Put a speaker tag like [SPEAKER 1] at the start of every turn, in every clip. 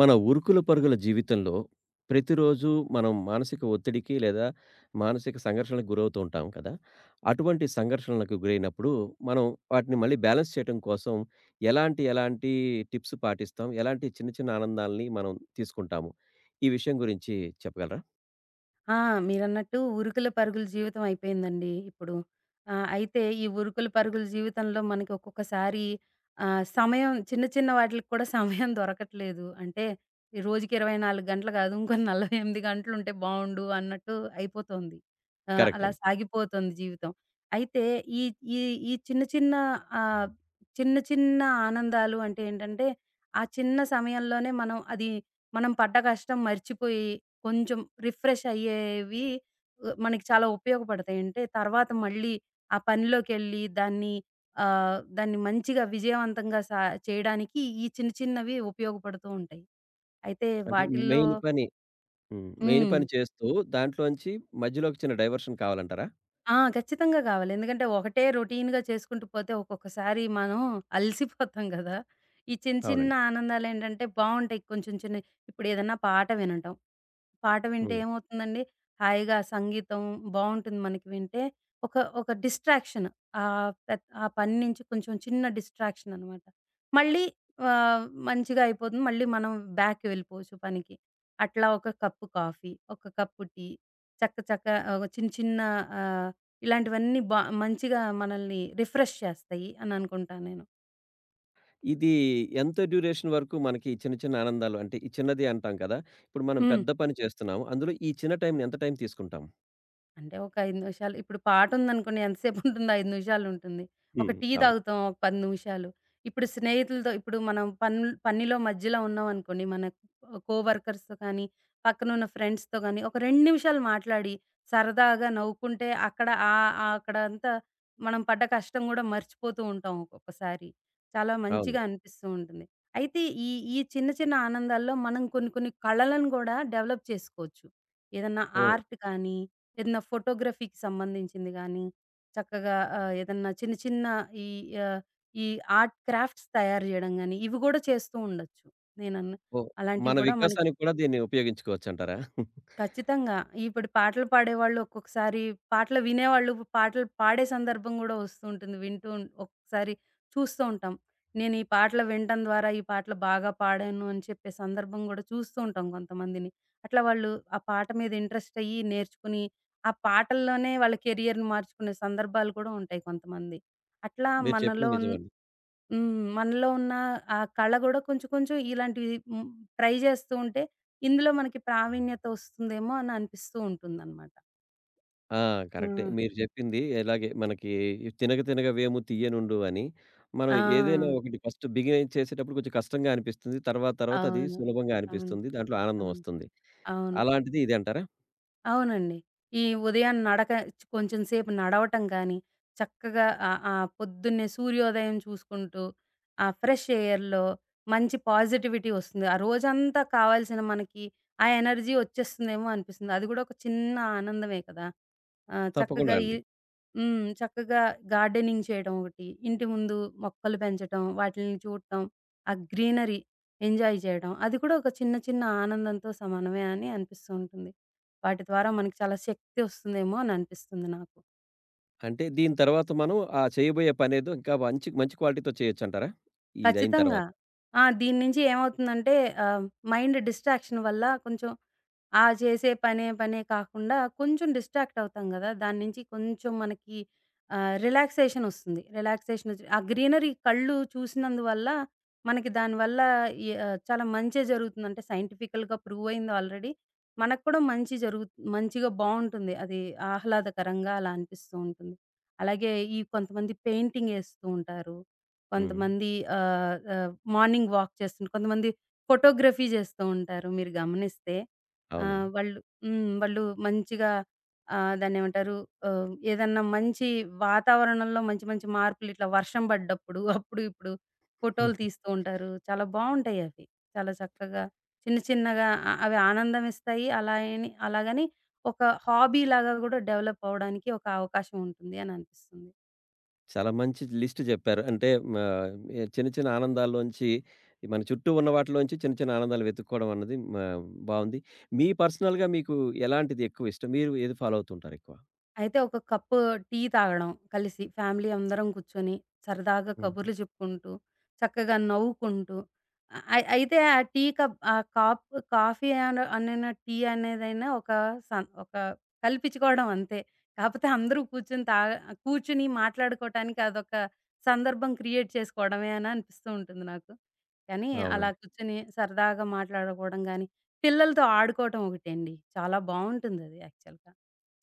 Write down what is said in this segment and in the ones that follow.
[SPEAKER 1] మన ఉరుకుల పరుగుల జీవితంలో ప్రతిరోజు మనం మానసిక ఒత్తిడికి లేదా మానసిక సంఘర్షణకు గురవుతూ ఉంటాం కదా? అటువంటి సంఘర్షణలకు గురైనప్పుడు మనం వాటిని మళ్ళీ బ్యాలెన్స్ చేయడం కోసం ఎలాంటి ఎలాంటి టిప్స్ పాటిస్తాం? ఎలాంటి చిన్న చిన్న ఆనందాల్ని మనం తీసుకుంటాము? ఈ విషయం గురించి చెప్పగలరా?
[SPEAKER 2] ఆ! మీరన్నట్టు ఉరుకుల పరుగుల జీవితం అయిపోయిందండి ఇప్పుడు. అయితే ఈ ఉరుకుల పరుగుల జీవితంలో మనకి ఒక్కొక్కసారి సమయం చిన్న చిన్న వాటిలకి కూడా సమయం దొరకట్లేదు. అంటే ఈ రోజుకి 24 గంటలు కాదు. ఇంకో 48 గంటలు ఉంటే బావుండు అన్నట్టు అయిపోతోంది.
[SPEAKER 1] కరెక్ట్
[SPEAKER 2] అలా
[SPEAKER 1] అండి.
[SPEAKER 2] సాగిపోతుంది జీవితం. అయితే ఈ ఈ ఈ చిన్న చిన్న ఆహ్, చిన్న చిన్న ఆనందాలు అంటే ఏంటంటే, ఆ చిన్న సమయంలోనే మనం పడ్డ కష్టం మర్చిపోయి కొంచెం రిఫ్రెష్ అయ్యేవి మనకి చాలా ఉపయోగపడతాయి. అంటే తర్వాత మళ్ళీ ఆ పనిలోకెళ్ళి దాన్ని మంచిగా విజయవంతంగా చేయడానికి ఈ చిన్న చిన్నవి ఉపయోగపడుతూ ఉంటాయి. అయితే
[SPEAKER 1] అంటే
[SPEAKER 2] వాటిల్లో
[SPEAKER 1] మెయిన్ పని మెయిన్
[SPEAKER 2] హ్మ్.
[SPEAKER 1] పని చేస్తూ దాంట్లోంచి మధ్యలో ఒక చిన్న డైవర్షన్ కావాలంటారా?
[SPEAKER 2] ఆ! ఖచ్చితంగా కావాలి. ఎందుకంటే ఒకటే రొటీన్‌గా చేసుకుంటూ పోతే ఒక్కొక్కసారి మనం అలసిపోతాం కదా! ఈ చిన్న చిన్న
[SPEAKER 1] అవునండి.
[SPEAKER 2] ఆనందాలేంటంటే బావుంటాయి. కొంచెం చిన్నయి ఇప్పుడు ఏదన్నా పాట వినటం. పాట వింటే ఏమవుతుందండి, హాయిగా సంగీతం బావుంటుంది మనకి వింటే. ఒక ఒక డిస్ట్రాక్షన్. ఆహ్, పెద్ ఆ పని నుంచి కొంచెం చిన్న డిస్ట్రాక్షన్ అనమాట. మళ్ళీ ఆహ్, మంచిగా అయిపోతుంది. మళ్ళీ మనం బ్యాక్‌కి వెళ్ళిపోవచ్చు పనికి. అట్లా ఒక కప్పు కాఫీ, ఒక కప్పు టీ, చక్క చక్క చిన్న చిన్న ఆహ్, ఇలాంటివన్నీ మంచిగా మనల్ని రిఫ్రెష్ చేస్తాయి అని అనుకుంటా నేను.
[SPEAKER 1] ఇది ఎంత డ్యూరేషన్ వరకు మనకి ఈ చిన్న చిన్న ఆనందాలు, అంటే ఈ చిన్నది అంటాం కదా! ఇప్పుడు మనం
[SPEAKER 2] హ్మ్.
[SPEAKER 1] పెద్ద పని చేస్తున్నాము. అందులో ఈ చిన్న టైంని ఎంత టైం తీసుకుంటాం?
[SPEAKER 2] అంటే ఒక 5 నిమిషాలు ఇప్పుడు పాటుందనుకోండి ఎంతసేపుంటుంది? 5 నిమిషాలుంటుంది. ఒక
[SPEAKER 1] హ్మ్.
[SPEAKER 2] టీ
[SPEAKER 1] అవును.
[SPEAKER 2] తాగుతాం ఒక 10 నిమిషాలు. ఇప్పుడు స్నేహితులతో ఇప్పుడు మనం పనిలో మధ్యలో ఉన్నామనుకోండి, మన కోవర్కర్స్‌తో కానీ, పక్కనున్న ఫ్రెండ్స్‌తో గానీ, ఒక 2 నిమిషాలు మాట్లాడి సరదాగా నవ్వుకుంటే అక్కడ ఆహ్, ఆహ్, అక్కడంతా మనం పడ్డ కష్టం గూడా మర్చిపోతూ ఉంటాం ఒక్కొక్కసారి. చాలా
[SPEAKER 1] అవును.
[SPEAKER 2] మంచిగా అనిపిస్తూ ఉంటుంది. అయితే ఈ ఈ చిన్న చిన్న ఆనందాల్లో మనం కొన్ని కొన్ని కళలను గూడా డెవలప్ చేసుకోవచ్చు. ఏదన్నా
[SPEAKER 1] ఓహ్!
[SPEAKER 2] ఆర్ట్ కానీ ఏదన్నా ఫోటోగ్రఫీకి సంబంధించింది గానీ, చక్కగా ఏదన్నా చిన్న చిన్న ఈ ఆహ్, ఈ ఆర్ట్ క్రాఫ్ట్స్ తయారు జేయడం గానీ, ఇవి గూడా చేస్తూ ఉండొచ్చు. నేనన్న
[SPEAKER 1] ఓహ్!
[SPEAKER 2] అలాంటివి
[SPEAKER 1] మన
[SPEAKER 2] గూడా మనకి
[SPEAKER 1] వికాసానికి కూడా దీన్ని ఉపయోగించుకోవచ్చంటారా?
[SPEAKER 2] ఖచ్చితంగా. ఇప్పుడు పాటలు పాడేవాళ్ళు ఒక్కొక్కసారి పాటలు వినేవాళ్ళు పాటలు పాడే సందర్భం గూడా వస్తూ ఉంటుంది. ఒక్కొక్కసారి చూస్తూ ఉంటాం. నేను ఈ పాటలు వినటం ద్వారా ఈ పాటలు బాగా పాడాను అని చెప్పే సందర్భం గూడా చూస్తూ ఉంటాం కొంతమందిని. అట్లా వాళ్ళు ఆ పాట మీద ఇంట్రెస్ట్ అయ్యి నేర్చుకుని, ఆ పాటల్లోనే వాళ్ళ కెరియర్‌ని మార్చుకునే సందర్భాలు కూడా ఉంటాయి కొంతమంది. అట్లా
[SPEAKER 1] మీరు
[SPEAKER 2] మనలో
[SPEAKER 1] చెప్పింది
[SPEAKER 2] ఉన్
[SPEAKER 1] నిజమండి.
[SPEAKER 2] హ్మ్. మనలో ఉన్న ఆ కళ గూడా కొంచెం కొంచెం ఇలాంటివి హ్మ్. ట్రై జేస్తూ ఉంటే ఇందులో మనకి ప్రావీణ్యత ఒస్తుందేమో అని అనిపిస్తూ ఉంటుందనమాట.
[SPEAKER 1] ఆ!
[SPEAKER 2] ఆ!
[SPEAKER 1] కరెక్టే. మీరు చెప్పింది ఇలాగే మనకి తినగ తినగ వేము తీయనుండు అని. మనం
[SPEAKER 2] ఆ!
[SPEAKER 1] ఏదైనా ఒకటి ఫస్ట్ బిగిన్ చేసేటప్పుడు కొంచెం కష్టంగా అనిపిస్తుంది. తర్వాత తర్వాత అది
[SPEAKER 2] అవును.
[SPEAKER 1] సులభంగా
[SPEAKER 2] అవును.
[SPEAKER 1] అనిపిస్తుంది. దాంట్లో ఆనందం
[SPEAKER 2] అవును.
[SPEAKER 1] వస్తుంది.
[SPEAKER 2] అవును.
[SPEAKER 1] అలాంటిది ఇది అంటారా?
[SPEAKER 2] అవునండి. ఈ ఉదయాన నడక కొంచెం సేపు నడవటం గానీ, చక్కగా ఆహ్, ఆహ్, పొద్దున్నే సూర్యోదయం చూసుకుంటూ, ఆ ఫ్రెష్ ఎయిర్‌లో మంచి పాజిటివిటీ ఒస్తుంది. ఆ రోజంతా కావాల్సిన మనకి ఆ ఎనర్జీ ఒచ్చేస్తుందేమో అనిపిస్తుంది. అది గూడా ఒక చిన్న ఆనందమే కదా! ఆ!
[SPEAKER 1] తప్పకుండా
[SPEAKER 2] చక్కగా ఈ
[SPEAKER 1] అండి.
[SPEAKER 2] హ్మ్. చక్కగా గార్డెనింగ్ చేయడం ఒకటి. ఇంటి ముందు మొక్కలు పెంచటం, వాటిల్ని చూడటం, ఆ గ్రీనరీ ఎంజాయ్ చేయడం. అది కూడా ఒక చిన్న చిన్న ఆనందంతో సమానమే అని అనిపిస్తూ ఉంటుంది. వాటి ద్వారా మనకి చాలా శక్తి వస్తుందేమో అని అనిపిస్తుంది నాకు.
[SPEAKER 1] అంటే దీని తర్వాత మనం ఆ చేయబోయే పనేదో ఇంకా మంచి మంచి క్వాలిటీతో చేయొచ్చంటారా? ఇదయిన
[SPEAKER 2] ఖచ్చితంగా.
[SPEAKER 1] తర్వాత.
[SPEAKER 2] ఆ! దీని నుంచి ఏమవుతుందంటే ఆహ్, మైండ్ డిస్ట్రాక్షన్ వల్ల కొంచెం ఆ చేసే పనే పనే కాకుండా కొంచెం డిస్ట్రాక్ట్ అవుతాం గదా! దాని నుంచి కొంచెం మనకి రిలాక్సేషన్ ఒస్తుంది. రిలాక్సేషన్ ఒచ్చి ఆ గ్రీనరీ కళ్ళు చూసినందువల్ల మనకి దానివల్ల చాలా మంచే జరుగుతుంది. అంటే సైంటిఫికల్‌గా ప్రూవ్ అయింది ఆల్రెడీ. మనకు కూడా మంచి మంచిగా బావుంటుంది. అది ఆహ్లాదకరంగా అలా అనిపిస్తూ ఉంటుంది. అలాగే ఈ కొంతమంది పెయింటింగ్ ఏస్తూ ఉంటారు.
[SPEAKER 1] హ్మ్.
[SPEAKER 2] కొంతమంది ఆహ్, ఆహ్, మార్నింగ్ వాక్ చేస్తుంటారు. కొంతమంది ఫోటోగ్రఫీ చేస్తూ ఉంటారు మీరు గమనిస్తే.
[SPEAKER 1] అవునండి.
[SPEAKER 2] వాళ్ళు హ్మ్. వాళ్ళు మంచిగా దాన్నేమంటారు ఏదన్నా మంచి వాతావరణంలో మంచి మంచి మార్పులు ఇట్లా వర్షం పడ్డప్పుడు అప్పుడు ఇప్పుడు ఫోటోలు తీస్తూ ఉంటారు. చాలా బావుంటాయి అవి. చాలా చక్కగా చిన్న చిన్నగా అవి ఆనందం ఇస్తాయి. అలాగని ఒక హాబీ లాగా కూడా డెవలప్ అవ్వడానికి ఒక అవకాశం ఉంటుంది అని అనిపిస్తుంది.
[SPEAKER 1] చాలా మంచి లిస్ట్ జెప్పారు. అంటే మా చిన్న చిన్న ఆనందాల్లోంచి, ఈ మన చుట్టూ ఉన్న వాటిలోంచి చిన్న చిన్న ఆనందాలు వెతుక్కోవడం అన్నది మా బావుంది. మీ పర్సనల్‌గా మీకు ఎలాంటిది ఎక్కువ ఇష్టం? మీరు ఏది ఫాలో అవుతుంటారు ఎక్కువ?
[SPEAKER 2] అయితే ఒక కప్పు టీ తాగడం కలిసి ఫ్యామిలీ అందరం కూర్చొని సరదాగా
[SPEAKER 1] హ్మ్.
[SPEAKER 2] కబుర్లు చెప్పుకుంటూ, చక్కగా నవ్వుకుంటూ అ అయి అయితే ఆ టీ కప్ ఆ కాప్ కాఫీ అనైనా, టీ అనేదైనా ఒక కల్పించుకోవడం అంతే. కాపోతే అందరూ కూర్చొని కూర్చొని మాట్లాడుకోవటానికి అదొక సందర్భం క్రియేట్ చేసుకోవడమే అని అనిపిస్తూ ఉంటుంది నాకు. కానీ అలా
[SPEAKER 1] అవునండి.
[SPEAKER 2] కూర్చొని సరదాగా మాట్లాడుకోవడం గానీ, పిల్లలతో ఆడుకోవటం ఒకటండి. చాలా బావుంటుందది యాక్చువల్‌గా.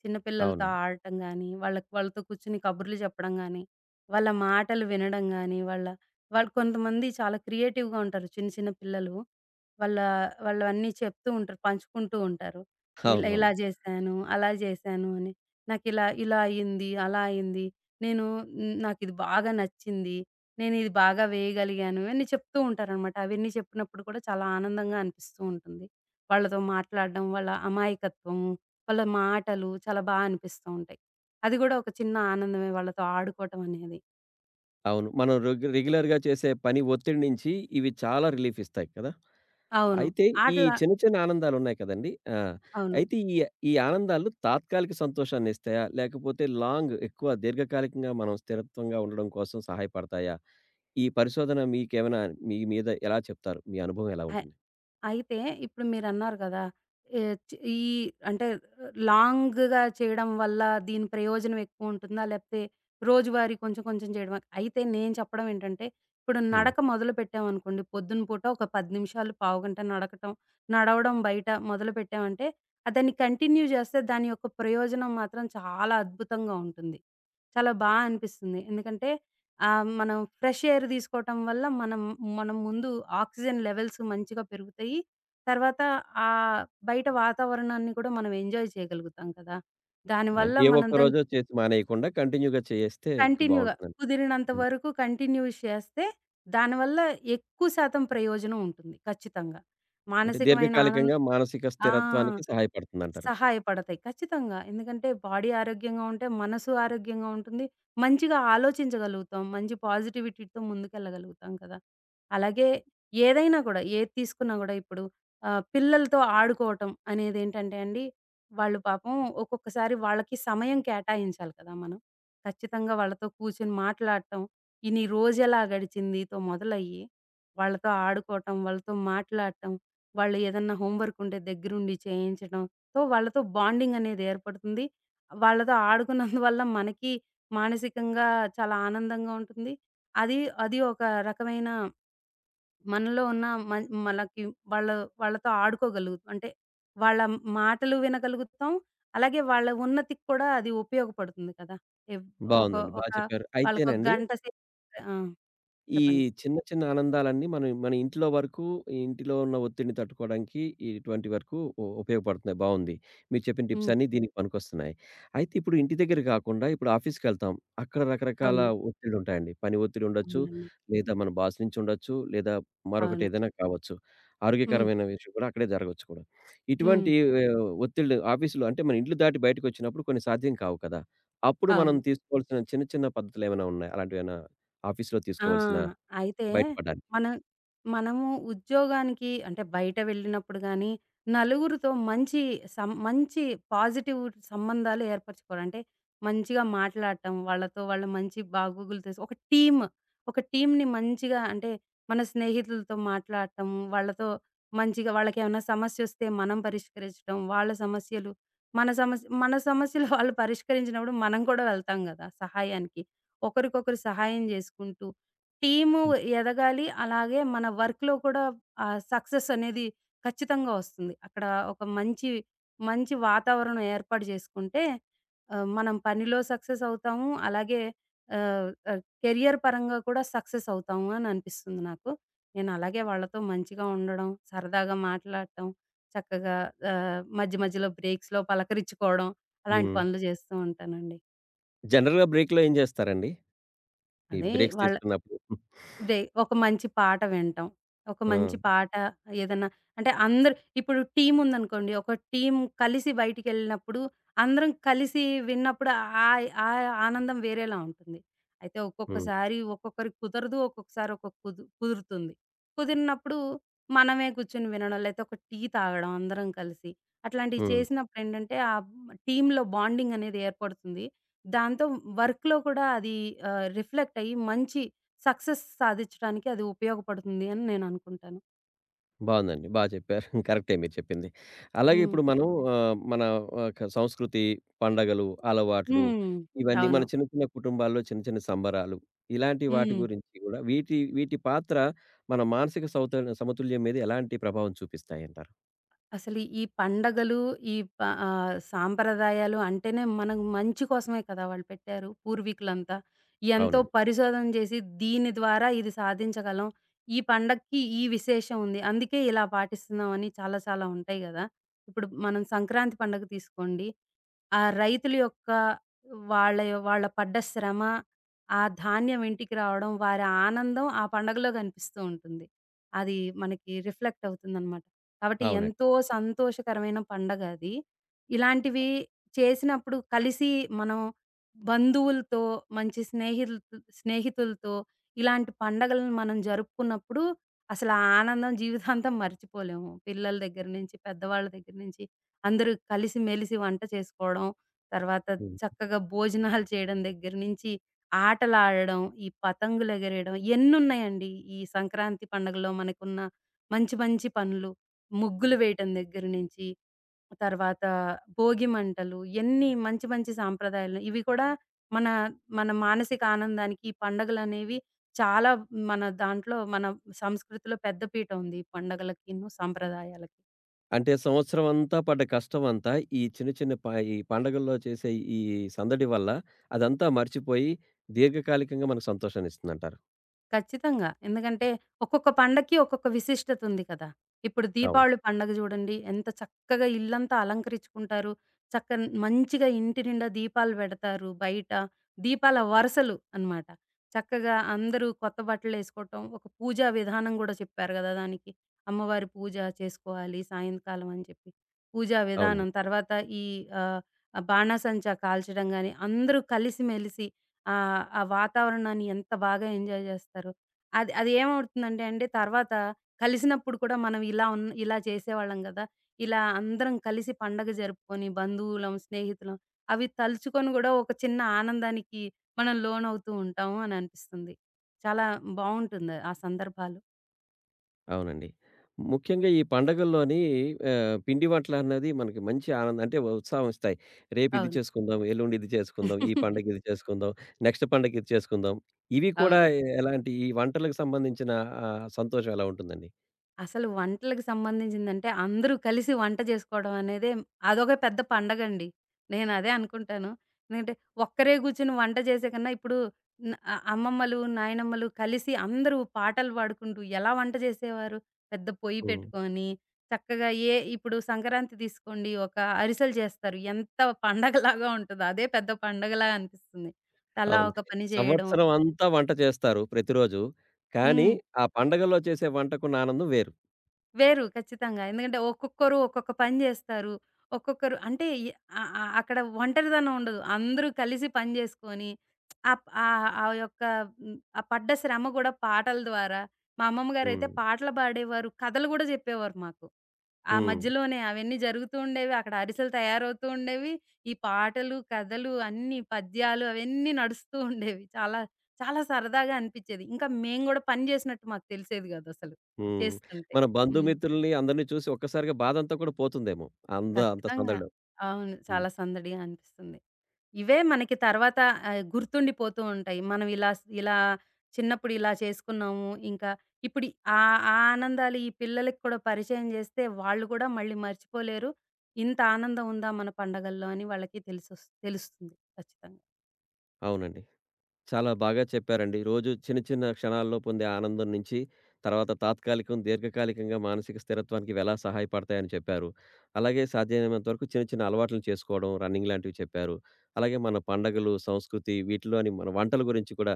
[SPEAKER 2] చిన్న పిల్లలతో
[SPEAKER 1] అవునండి.
[SPEAKER 2] ఆడటం గానీ, వాళ్ళకి వాళ్ళతో కూర్చొని కబుర్లు చెప్పడం గానీ, వాళ్ళ మాటలు వినడం గానీ, వాళ్ళు కొంతమంది చాలా క్రియేటివ్‌గా ఉంటారు చిన్న చిన్న పిల్లలు. వాళ్ళ వాళ్ళవన్నీ చెప్తూ ఉంటారు, పంచుకుంటూ ఉంటారు. ఇలా ఇలా
[SPEAKER 1] అవునవును.
[SPEAKER 2] జేశాను, అలా జేశాను అని. నాకిలా ఇలా ఇలా అయింది, అలా అయింది. నేను నాకిది బాగా నచ్చింది. నేనిది బాగా వేయగలిగాను ఇవన్నీ చెప్తూ ఉంటారనమాట. అవన్నీ చెప్పినప్పుడు కూడా చాలా ఆనందంగా అనిపిస్తూ ఉంటుంది. వాళ్ళతో మాట్లాడడం, వాళ్ళ అమాయకత్వం వాళ్ళ మాటలు చాలా అనిపిస్తూ ఉంటాయి. అది గూడా ఒక చిన్న ఆనందమే వాళ్ళతో ఆడుకోవటం అనేది.
[SPEAKER 1] అవును. మనం రెగ్యులర్‌గా చేసే పని ఒత్తిడి నుంచి ఇవి చాలా రిలీఫ్ ఇస్తాయి కదా!
[SPEAKER 2] అవును.
[SPEAKER 1] అయితే ఈ
[SPEAKER 2] ఆటల
[SPEAKER 1] చిన్న చిన్న ఆనందాలున్నాయి కదండీ! ఆ!
[SPEAKER 2] అవును.
[SPEAKER 1] అయితే ఈ ఈ ఆనందాలు తాత్కాలిక సంతోషాన్నిస్తాయా? లేకపోతే లాంగ్ ఎక్కువ దీర్ఘకాలికంగా మనం స్థిరత్వంగా ఉండడం కోసం సహాయపడతాయా? ఈ పరిశోధన మీకేమైనా మీ మీద ఎలా చెప్తారు? మీ అనుభవం ఎలా
[SPEAKER 2] అ
[SPEAKER 1] ఉంటుంది?
[SPEAKER 2] అయితే ఇప్పుడు మీరన్నారు గదా! ఏ చ్ ఈ అంటే లాంగ్‌గా చేయడం వల్ల దీని ప్రయోజనం ఎక్కువుంటుందా? లేపోతే రోజువారీ కొంచెం కొంచెం చేయడమా? అయితే నేను చెప్పడం ఏంటంటే, ఇప్పుడు
[SPEAKER 1] హ్మ్.
[SPEAKER 2] నడక మొదలుపెట్టామనుకోండి పొద్దున పూట ఒక 10 నిమిషాలు, పావుగంట నడకటం, నడవడం బయట మొదలుపెట్టామంటే, దాన్ని కంటిన్యూ చేస్తే దాని యొక్క ప్రయోజనం మాత్రం చాలా అద్భుతంగా ఉంటుంది. చాలా అనిపిస్తుంది. ఎందుకంటే ఆ! మనం ఫ్రెష్ ఎయిర్ తీసుకోవటం వల్ల మనం మనం ముందు ఆక్సిజన్ లెవెల్స్ మంచిగా పెరుగుతాయి. తర్వాత ఆహ్, బయట వాతావరణాన్ని కూడా మనం ఎంజాయ్ చేయగలుగుతాం కదా! దానివల్ల
[SPEAKER 1] అంటే ఏ
[SPEAKER 2] మనం దాని
[SPEAKER 1] ఒక్కరోజో చేసి మానేయకుండా కంటిన్యూ‌గా చేస్తే ఇంక
[SPEAKER 2] కంటిన్యూ‌గా
[SPEAKER 1] బావుంటుందండి.
[SPEAKER 2] కుదిరినంత
[SPEAKER 1] హ్మ్.
[SPEAKER 2] వరకు కంటిన్యూ చేస్తే దానివల్ల ఎక్కువ శాతం ప్రయోజనం ఉంటుంది ఖచ్చితంగా.
[SPEAKER 1] అంటే
[SPEAKER 2] మానసికమైన ఆనం
[SPEAKER 1] దీర్ఘకాలికంగా మానసిక
[SPEAKER 2] ఆ!
[SPEAKER 1] స్థిరత్వానికి సహాయపడుతుందంటారు.
[SPEAKER 2] సహాయపడతాయి. ఖచ్చితంగా. ఎందుకంటే బాడీ ఆరోగ్యంగా ఉంటే మనసు ఆరోగ్యంగా ఉంటుంది. మంచిగా ఆలోచించగలుగుతాం. మంచి పాజిటివిటీతో ముందుకెళ్ళగలుగుతాం కదా! అలాగే ఏదైనా కూడా ఏది తీసుకున్నా కూడా ఇప్పుడు పిల్లలతో ఆడుకోవటం అనేదేంటంటే అండి, వాళ్ళు పాపం ఒక్కొక్కసారి వాళ్ళకి సమయం కేటాయించాలి కదా మనం. ఖచ్చితంగా వాళ్ళతో కూర్చొని మాట్లాడటం. ఈ నీ రోజెలా గడిచిందితో మొదలయ్యి, వాళ్ళతో ఆడుకోవటం, వాళ్ళతో మాట్లాడటం, వాళ్ళు ఏదన్నా హోంవర్క్ ఉంటే దగ్గరుండి చేయించడంతో వాళ్ళతో బాండింగ్ అనేది ఏర్పడుతుంది. వాళ్ళతో ఆడుకున్నందువల్ల మనకి మానసికంగా చాలా ఆనందంగా ఉంటుంది. అది అది ఒక రకమైన మనలో ఉన్న మన్ మనకి వాళ్ళ వాళ్ళతో ఆడుకోగలుగుతాం. అంటే వాళ్ళ మాటలు వినగలుగుతాం. అలాగే వాళ్ళ ఉన్నతికి కూడా అది ఉపయోగపడుతుంది కదా! ఎవ్ ఒక
[SPEAKER 1] బావుందండి. బా
[SPEAKER 2] ఒక
[SPEAKER 1] చెప్పారు.
[SPEAKER 2] వాళ్ళకొక
[SPEAKER 1] అయితేనండి
[SPEAKER 2] గంట సేపు ఆ!
[SPEAKER 1] ఈ
[SPEAKER 2] చెప్పండి.
[SPEAKER 1] చిన్న చిన్న ఆనందాలన్నీ మనం మన ఇంట్లో వరకు, ఇంటిలో ఉన్న ఒత్తిడిని తట్టుకోవడానికి ఇటువంటి వరకు ఉపయోగపడుతున్నాయి. బావుంది. మీరు చెప్పిన టిప్స్
[SPEAKER 2] హ్మ్.
[SPEAKER 1] అన్నీ దీనికి పనికొస్తున్నాయి. అయితే ఇప్పుడు ఇంటి దగ్గర కాకుండా ఇప్పుడు ఆఫీస్‌కెళ్తాం. అక్కడ రకరకాల
[SPEAKER 2] అవును.
[SPEAKER 1] ఒత్తిడులుంటాయండి. పని ఒత్తిడి ఉండొచ్చు,
[SPEAKER 2] అవునండి.
[SPEAKER 1] లేదా మన బాస్ నుంచి ఉండొచ్చు, లేదా మరొకటి
[SPEAKER 2] అవును.
[SPEAKER 1] ఏదైనా కావచ్చు.
[SPEAKER 2] హ్మ్.
[SPEAKER 1] ఆరోగ్యకరమైన విషయం కూడా అక్కడే జరగొచ్చు కూడా.
[SPEAKER 2] హ్మ్.
[SPEAKER 1] ఇటువంటి ఆహ్, ఒత్తిళ్ళు ఆఫీస్‌లో అంటే మన ఇల్లు దాటి బయటకొచ్చినప్పుడు కొన్ని సాధ్యం కావు కదా! అప్పుడు మనం
[SPEAKER 2] అవును.
[SPEAKER 1] తీసుకోవాల్సిన చిన్న చిన్న పద్ధతులేమైనా ఉన్నాయా? అలాంటివేమైనా ఆఫీస్‌లో
[SPEAKER 2] ఆ!
[SPEAKER 1] తీసుకోవాల్సిన
[SPEAKER 2] అయితే
[SPEAKER 1] బయటపడ్డానికి.
[SPEAKER 2] మన మనము ఉద్యోగానికి అంటే బయట వెళ్ళినప్పుడు గానీ, నలుగురితో మంచి మంచి పాజిటివ్ సంబంధాలు ఏర్పరచుకోవాలి. అంటే మంచిగా మాట్లాడటం, వాళ్ళతో వాళ్ళ మంచి బాగోగులు తెలుసు ఒక టీమ్‌ని మంచిగా అంటే మన స్నేహితులతో మాట్లాడటం, వాళ్ళతో మంచిగా వాళ్ళకేమైనా సమస్యొస్తే మనం పరిష్కరించడం, వాళ్ళ సమస్యలు మన సమస్యలు వాళ్ళు పరిష్కరించినప్పుడు మనం కూడా వెళ్తాం గదా! సహాయానికి. ఒకరికొకరు సహాయం జేసుకుంటూ టీము
[SPEAKER 1] హ్మ్.
[SPEAKER 2] ఎదగాలి. అలాగే మన వర్క్‌లో కూడా సక్సెస్ అనేది ఖచ్చితంగా వస్తుంది. అక్కడ ఒక మంచి, మంచి వాతావరణం ఏర్పాటు చేసుకుంటే మనం పనిలో సక్సెస్ అవుతాము. అలాగే ఆహ్, ఆహ్, కెరియర్ పరంగా కూడా సక్సెస్ అవుతాము అని అనిపిస్తుంది నాకు. నేను అలాగే వాళ్ళతో మంచిగా ఉండడం, సరదాగా మాట్లాడటం, చక్కగా మధ్య మధ్యలో బ్రేక్స్‌లో పలకరించుకోవడం అలాంటి
[SPEAKER 1] హ్మ్.
[SPEAKER 2] పనులు చేస్తూ ఉంటానండి.
[SPEAKER 1] జనరల్‌గా బ్రేక్‌లో ఏం జేస్తారండి? ఈ
[SPEAKER 2] అదే
[SPEAKER 1] బ్రేక్స్
[SPEAKER 2] వాళ్ళ
[SPEAKER 1] తీసుకున్నప్పుడు?
[SPEAKER 2] బ్రే ఒక మంచి పాట వినటం. ఒక మంచి
[SPEAKER 1] ఆ!
[SPEAKER 2] పాట ఏదన్నా అంటే అందరు ఇప్పుడు టీముందనుకోండి. ఒక టీమ్ కలిసి బయటికెళ్ళినప్పుడు, అందరం కలిసి విన్నప్పుడు ఆ ఆనందం వేరేలా ఉంటుంది. అయితే
[SPEAKER 1] హ్మ్.
[SPEAKER 2] ఒక్కొక్కసారి ఒక్కొక్కరికి కుదరదు. ఒక్కొక్కసారి ఒక్కొక్క కుదురుతుంది. కుదిరినప్పుడు మనమే కూర్చొని వినడం, లేకపోతే ఒక టీ తాగడం అందరం కలిసి. అట్లాంటివి
[SPEAKER 1] హ్మ్.
[SPEAKER 2] చేసినప్పుడేంటంటే, ఆ టీమ్‌లో బాండింగ్ అనేది ఏర్పడుతుంది. దాంతో వర్క్‌లో కూడా అది రిఫ్లెక్ట్ అయ్యి మంచి సక్సెస్ సాధిచ్చడానికి అది ఉపయోగపడుతుంది అని నేననుకుంటాను.
[SPEAKER 1] బావుందండి. బా చెప్పారు. కరెక్టే మీరు చెప్పింది. అలాగే
[SPEAKER 2] హ్మ్.
[SPEAKER 1] ఇప్పుడు మనం మన ఒక సంస్కృతి, పండగలు, అలవాట్లు,
[SPEAKER 2] హ్మ్.
[SPEAKER 1] ఇవన్నీ
[SPEAKER 2] అవును.
[SPEAKER 1] మన చిన్న చిన్న కుటుంబాల్లో చిన్న చిన్న సంబరాలు, ఇలాంటి వాటి
[SPEAKER 2] హ్మ్.
[SPEAKER 1] గురించి గూడా, వీటి వీటి పాత్ర మన మానసిక సౌత సమతుల్యం మీద ఎలాంటి ప్రభావం చూపిస్తాయంటారు?
[SPEAKER 2] అసలు ఈ పండగలు, ఈ ప సాంప్రదాయాలు అంటేనే మనకు మంచి కోసమే కదా! వాళ్ళు పెట్టారు పూర్వీకులంతా. ఎంతో
[SPEAKER 1] అవునండి.
[SPEAKER 2] పరిశోధన చేసి దీని ద్వారా ఇది సాధించగలం. ఈ పండక్కి ఈ విశేషం ఉంది. అందుకే ఇలా పాటిస్తున్నామని చాలా చాలా ఉంటాయి గదా! ఇప్పుడు మనం సంక్రాంతి పండగ తీసుకోండి. ఆ రైతుల యొక్క వాళ్ళ పడ్డ శ్రమ, ఆ ధాన్యం ఇంటికి రావడం, వారి ఆనందం ఆ పండగలో కనిపిస్తూ ఉంటుంది. అది మనకి రిఫ్లెక్ట్ అవుతుందనమాట. కాబట్టి
[SPEAKER 1] అవునండి.
[SPEAKER 2] ఎంతో సంతోషకరమైన పండగ అది. ఇలాంటివి చేసినప్పుడు కలిసి మనం బంధువులతో, మంచి స్నేహితులతో ఇలాంటి పండగలను మనం జరుపుకున్నప్పుడు అసలు ఆ ఆనందం జీవితాంతం మర్చిపోలేము. పిల్లల దగ్గర నుంచి, పెద్దవాళ్ళ దగ్గర నుంచి అందరూ కలిసిమెలిసి వంట చేసుకోవడం, తర్వాత
[SPEAKER 1] హ్మ్.
[SPEAKER 2] చక్కగా భోజనాలు చేయడం దగ్గర నుంచి ఆటలాడడం, ఈ పతంగులెగరేయడం ఎన్నున్నాయండి ఈ సంక్రాంతి పండగలో మనకున్న మంచి మంచి పనులు. ముగ్గులు వేయటం దగ్గర నుంచి, తర్వాత భోగి మంటలు ఎన్ని మంచి మంచి సాంప్రదాయాలు. ఇవి కూడా మన మన మానసిక ఆనందానికి ఈ పండగలనేవి చాలా మన సంస్కృతిలో పెద్ద పీట ఉంది. ఈ పండగలకిను, సాంప్రదాయాలకి.
[SPEAKER 1] అంటే సంవత్సరమంతా పడ్డ కష్టమంతా ఈ చిన్న, చిన్న ప ఈ పండగల్లో చేసే ఈ సందడి వల్ల అదంతా మర్చిపోయి దీర్ఘకాలికంగా మనకు సంతోషాన్నిస్తుందంటారు.
[SPEAKER 2] ఖచ్చితంగా. ఎందుకంటే, ఒక్కొక్క పండక్కి ఒక్కొక్క విశిష్టత ఉంది కదా! ఇప్పుడు
[SPEAKER 1] అవును.
[SPEAKER 2] దీపావళి పండగ జూడండి. ఎంత చక్కగా ఇల్లంతా అలంకరించుకుంటారు. చక్క మంచిగా ఇంటి నిండా దీపాలు పెడతారు బయట. దీపాల వరసలు అనమాట. చక్కగా అందరూ కొత్త బట్టలేసుకోవటం, ఒక పూజా విధానం గూడా చెప్పారు గదా! దానికి. అమ్మవారి పూజ చేసుకోవాలి సాయంకాలం అని చెప్పి. పూజా విధానం,
[SPEAKER 1] అవునండి.
[SPEAKER 2] తర్వాత ఈ ఆహ్, బాణాసంచా కాల్చడం గాని, అందరూ కలిసిమెలిసి ఆ! ఆ వాతావరణాన్ని ఎంత బాగా ఎంజాయ్ జేస్తారు. అది అది ఏమవుతుందంటే అండి తర్వాత కలిసినప్పుడు కూడా మనం ఇలా చేసేవాళ్ళం గదా! ఇలా అందరం కలిసి పండగ జరుపుకొని బంధువులం, స్నేహితులం అవి తలుచుకొని గూడా ఒక చిన్న ఆనందానికి మనం లోనవుతూ ఉంటాము అని అనిపిస్తుంది. చాలా బావుంటుంది ఆ సందర్భాలు.
[SPEAKER 1] అవునండి. ముఖ్యంగా ఈ పండగల్లోని పిండి వంటలన్నది మనకి మంచి ఆనందం అంటే ఉత్సాహం ఇస్తాయి. రేపు ఇది
[SPEAKER 2] అవును.
[SPEAKER 1] చేసుకుందాం, ఎల్లుండి ఇది చేసుకుందాం, ఈ పండగ ఇది చేసుకుందాం, నెక్స్ట్ పండగ ఇది చేసుకుందాం. ఇవి కూడా
[SPEAKER 2] అవును.
[SPEAKER 1] ఎలాంటి ఈ వంటలకు సంబంధించిన సంతోషం ఎలా ఉంటుందండి?
[SPEAKER 2] అసలు వంటలకి సంబంధించిందంటే అందరూ కలిసి వంట జేసుకోవడం అనేదే అదొక పెద్ద పండగండి. నేనదే అనుకుంటాను. ఎందుకంటే ఒక్కరే గూర్చొని వంట జేసే కన్నా ఇప్పుడు న అ అమ్మమ్మలు, నాయనమ్మలు కలిసి అందరూ పాటలు పాడుకుంటూ ఎలా వంట జేసేవారు? పెద్ద పొయ్యి
[SPEAKER 1] హ్మ్.
[SPEAKER 2] పెట్టుకొని చక్కగా ఇప్పుడు సంక్రాంతి తీసుకోండి ఒక అరిసెలు చేస్తారు. ఎంత పండగలాగా ఉంటదో అదే పెద్ద పండగలా అనిపిస్తుంది. తలా
[SPEAKER 1] అవును.
[SPEAKER 2] ఒక పని జేయడం.
[SPEAKER 1] సంవత్సరం అంతా వంట చేస్తారు ప్రతిరోజు. కానీ,
[SPEAKER 2] హ్మ్.
[SPEAKER 1] ఆ పండగల్లో చేసే వంటకున్న ఆనందం వేరు.
[SPEAKER 2] వేరు. ఖచ్చితంగా. ఎందుకంటే ఒక్కొక్కరు ఒక్కొక్క పని జేస్తారు. ఒక్కొక్కరు అంటే అక్కడ ఒంటరితనం ఉండదు. అందరూ కలిసి పని జేసుకొని ఆప్ ఆహ్, ఆ యొక్క హ్మ్, ఆ పడ్డ శ్రమ గూడా పాటల ద్వారా మా అమ్మమ్మ గారైతే
[SPEAKER 1] హ్మ్.
[SPEAKER 2] పాటలు పాడేవారు. కథలు గూడా జెప్పేవారు మాకు. ఆ
[SPEAKER 1] హ్మ్.
[SPEAKER 2] మధ్యలోనే అవన్నీ జరుగుతూ ఉండేవి. అక్కడ అరిసెలు తయారవుతూ ఉండేవి. ఈ పాటలు, కథలు అన్నీ పద్యాలు అవన్నీ నడుస్తూ ఉండేవి. చాలా చాలా సరదాగా అనిపిచ్చేది. ఇంకా మేము గూడా పని జేసినట్టు మాకు తెలిసేది గాదసలు
[SPEAKER 1] హ్మ్.
[SPEAKER 2] చేస్తుంటే.
[SPEAKER 1] మన
[SPEAKER 2] హ్మ్.
[SPEAKER 1] బంధుమిత్రుల్ని అందరిని చూసి ఒక్కసారిగా బాధంతా కూడా పోతుందేమో! అంత
[SPEAKER 2] ఖచ్చితంగా.
[SPEAKER 1] సందడిలో.
[SPEAKER 2] అవును.
[SPEAKER 1] హ్మ్.
[SPEAKER 2] చాలా సందడిగా అనిపిస్తుంది. ఇవే మనకి తర్వాత గుర్తుండిపోతూ ఉంటాయి. మనం ఇలా చిన్నప్పుడు ఇలా చేసుకున్నాము. ఇంకా ఇప్పుడు ఆ ఆ ఆనందాలు ఈ పిల్లలకి కూడా పరిచయం చేస్తే వాళ్ళు కూడా మళ్ళీ మర్చిపోలేరు. ఇంత ఆనందం ఉందా మన పండగల్లో అని వాళ్ళకి తెలుస్తుంది ఖచ్చితంగా.
[SPEAKER 1] అవునండి. చాలా బాగా చెప్పారండి. రోజు చిన్న చిన్న క్షణాల్లో పొందే ఆనందం నుంచి, తర్వాత తాత్కాలికం, దీర్ఘకాలికంగా మానసిక స్థిరత్వానికి ఇవి ఎలా సహాయపడతాయని చెప్పారు. అలాగే సాధ్యమైనంత వరకు చిన్న చిన్న అలవాట్లను చేసుకోవడం, రన్నింగ్ లాంటివి చెప్పారు. అలాగే మన పండగలు, సంస్కృతి వీటిలోని మన వంటల గురించి కూడా,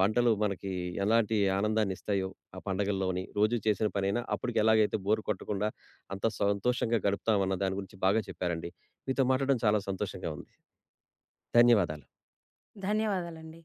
[SPEAKER 1] వంటలు మనకి ఎలాంటి ఆనందాన్ని ఇస్తాయో, ఆ పండగల్లోని, రోజు చేసిన పనైనా అప్పటికి ఎలాగైతే బోర్ కొట్టకుండా అంత సంతోషంగా గడుపుతామన్న దాని గురించి బాగా చెప్పారండి. మీతో మాట్లాడడం చాలా సంతోషంగా ఉంది. ధన్యవాదాలు.
[SPEAKER 2] ధన్యవాదాలండి.